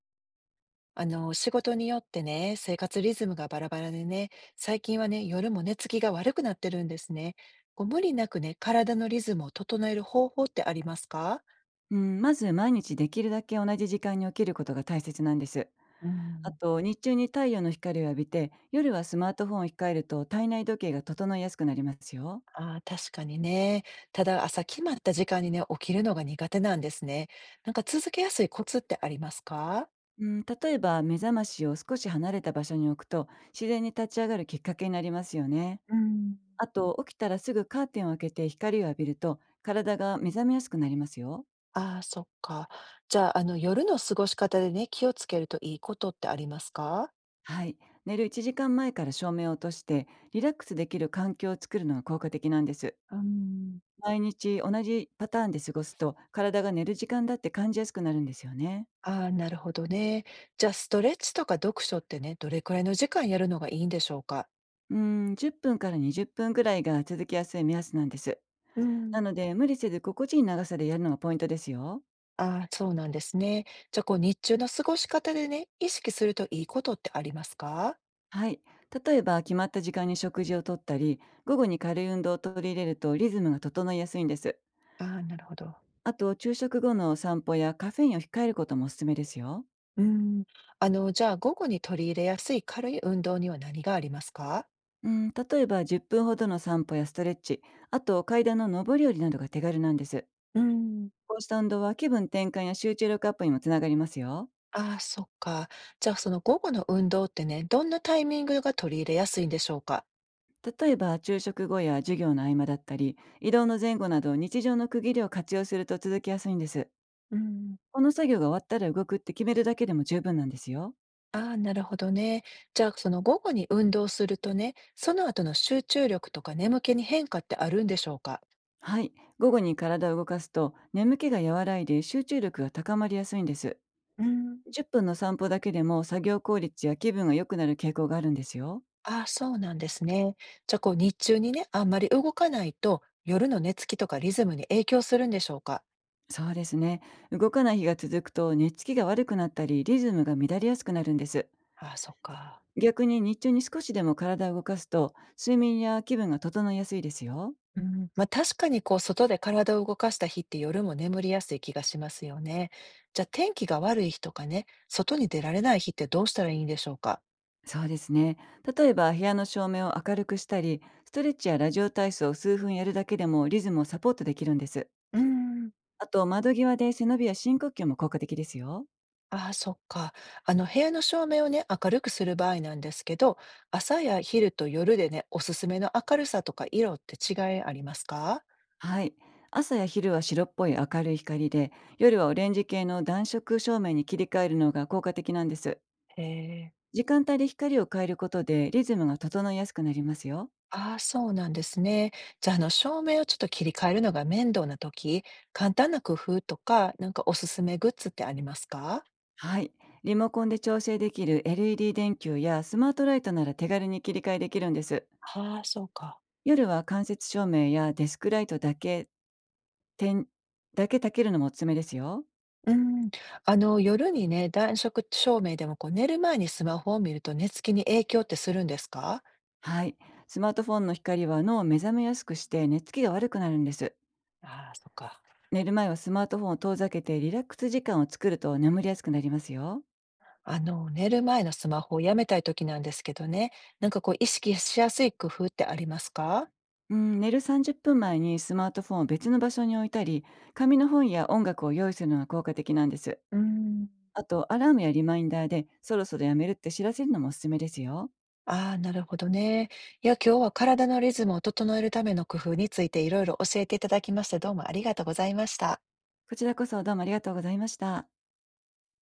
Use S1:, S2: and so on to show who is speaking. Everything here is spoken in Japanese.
S1: 仕事によってね、生活リズムがバラバラでね、最近はね、夜も寝つきが悪くなってるんですね。こう無理なくね、体のリズムを整える方法ってありますか？
S2: うん、まず毎日できるだけ同じ時間に起きることが大切なんです。
S1: う
S2: あ
S1: ん。
S2: と日中に太陽の光を浴びて夜はスマートフォンを控えると体内時計が整いやすくなりますよ。
S1: ああ、確かにね。ただ朝決まった時間にね、起きるのが苦手なんですね。なんか続けやすいコツってありますか？
S2: うん、例えば目覚ましを少し離れた場所に置くと自然に立ち上がるきっかけになりますよね。
S1: うん。
S2: あと起きたらすぐカーテンを開けて光を浴びると体が目覚めやすくなりますよ。
S1: ああ、そっか。じゃあ、夜の過ごし方でね、気をつけるといいことってありますか？
S2: はい。寝る1時間前から照明を落としてリラックスできる環境を作るのが効果的なんです。
S1: うん。
S2: 毎日同じパターンで過ごすと、体が寝る時間だって感じやすくなるんですよね。
S1: ああ、なるほどね。じゃあ、ストレッチとか読書ってね、どれくらいの時間やるのがいいんでしょうか？
S2: うん、10分から20分ぐらいが続きやすい目安なんです。
S1: うん。
S2: なので、無理せず心地いい長さでやるのがポイントですよ。
S1: ああ、そうなんですね。じゃあ、こう、日中の過ごし方でね、意識するといいことってありますか？
S2: はい。例えば、決まった時間に食事をとったり、午後に軽い運動を取り入れるとリズムが整いやすいんです。
S1: ああ、なるほど。
S2: あと、昼食後のお散歩やカフェインを控えることもおすすめですよ。
S1: うーん。じゃあ、午後に取り入れやすい軽い運動には何がありますか？
S2: うん、例えば10分ほどの散歩やストレッチ、あと階段の上り下りなどが手軽なんです。
S1: うん。
S2: こうした運動は気分転換や集中力アップにもつながりますよ。
S1: ああ、そっか。じゃあ、その午後の運動ってね、どんなタイミングが取り入れやすいんでしょうか？
S2: 例えば昼食後や授業の合間だったり、移動の前後など日常の区切りを活用すると続きやすいんです。
S1: うん。
S2: この作業が終わったら動くって決めるだけでも十分なんですよ。
S1: ああ、なるほどね。じゃあ、その午後に運動するとね、その後の集中力とか眠気に変化ってあるんでしょうか？
S2: はい。午後に体を動かすと眠気が和らいで集中力が高まりやすいんです。
S1: うーん。
S2: 10分の散歩だけでも作業効率や気分が良くなる傾向があるんですよ。
S1: ああ、そうなんですね。じゃあ、こう日中にね、あんまり動かないと、夜の寝つきとかリズムに影響するんでしょうか？
S2: そうですね。動かない日が続くと寝つきが悪くなったり、リズムが乱れやすくなるんです。
S1: ああ、そっか。
S2: 逆に日中に少しでも体を動かすと睡眠や気分が整いやすいですよ。
S1: うん、まあ、確かにこう外で体を動かした日って夜も眠りやすい気がしますよね。じゃあ、天気が悪い日とかね、外に出られない日ってどうしたらいいんでしょうか？
S2: そうですね。例えば部屋の照明を明るくしたり、ストレッチやラジオ体操を数分やるだけでもリズムをサポートできるんです。
S1: うーん。
S2: あと、窓際で背伸びや深呼吸も効果的ですよ。
S1: ああ、そっか。部屋の照明をね、明るくする場合なんですけど、朝や昼と夜でね、おすすめの明るさとか色って違いありますか？
S2: はい。朝や昼は白っぽい明るい光で、夜はオレンジ系の暖色照明に切り替えるのが効果的なんです。
S1: へえ、
S2: 時間帯で光を変えることでリズムが整いやすくなりますよ。
S1: ああ、そうなんですね。じゃあ、照明をちょっと切り替えるのが面倒な時、簡単な工夫とか、なんかおすすめグッズってありますか？
S2: はい。リモコンで調整できる LED 電球やスマートライトなら手軽に切り替えできるんです。
S1: ああ、そうか。
S2: 夜は間接照明やデスクライトだけ、点、だけ焚けるのもおすすめですよ。
S1: うん、あの夜にね、暖色照明でもこう寝る前にスマホを見ると寝つきに影響ってするんですか？
S2: はい。スマートフォンの光は脳を目覚めやすくして寝つきが悪くなるんです。
S1: ああ、そっか。
S2: 寝る前はスマートフォンを遠ざけてリラックス時間を作ると眠りやすくなりますよ。
S1: あの、寝る前のスマホをやめたい時なんですけどね、なんかこう意識しやすい工夫ってありますか？
S2: うん、寝る30分前にスマートフォンを別の場所に置いたり、紙の本や音楽を用意するのが効果的なんです。
S1: うーん。
S2: あと、アラームやリマインダーで、そろそろやめるって知らせるのもおすすめですよ。
S1: ああ、なるほどね。いや、今日は体のリズムを整えるための工夫についていろいろ教えていただきまして、どうもありがとうございました。
S2: こちらこそどうもありがとうございました。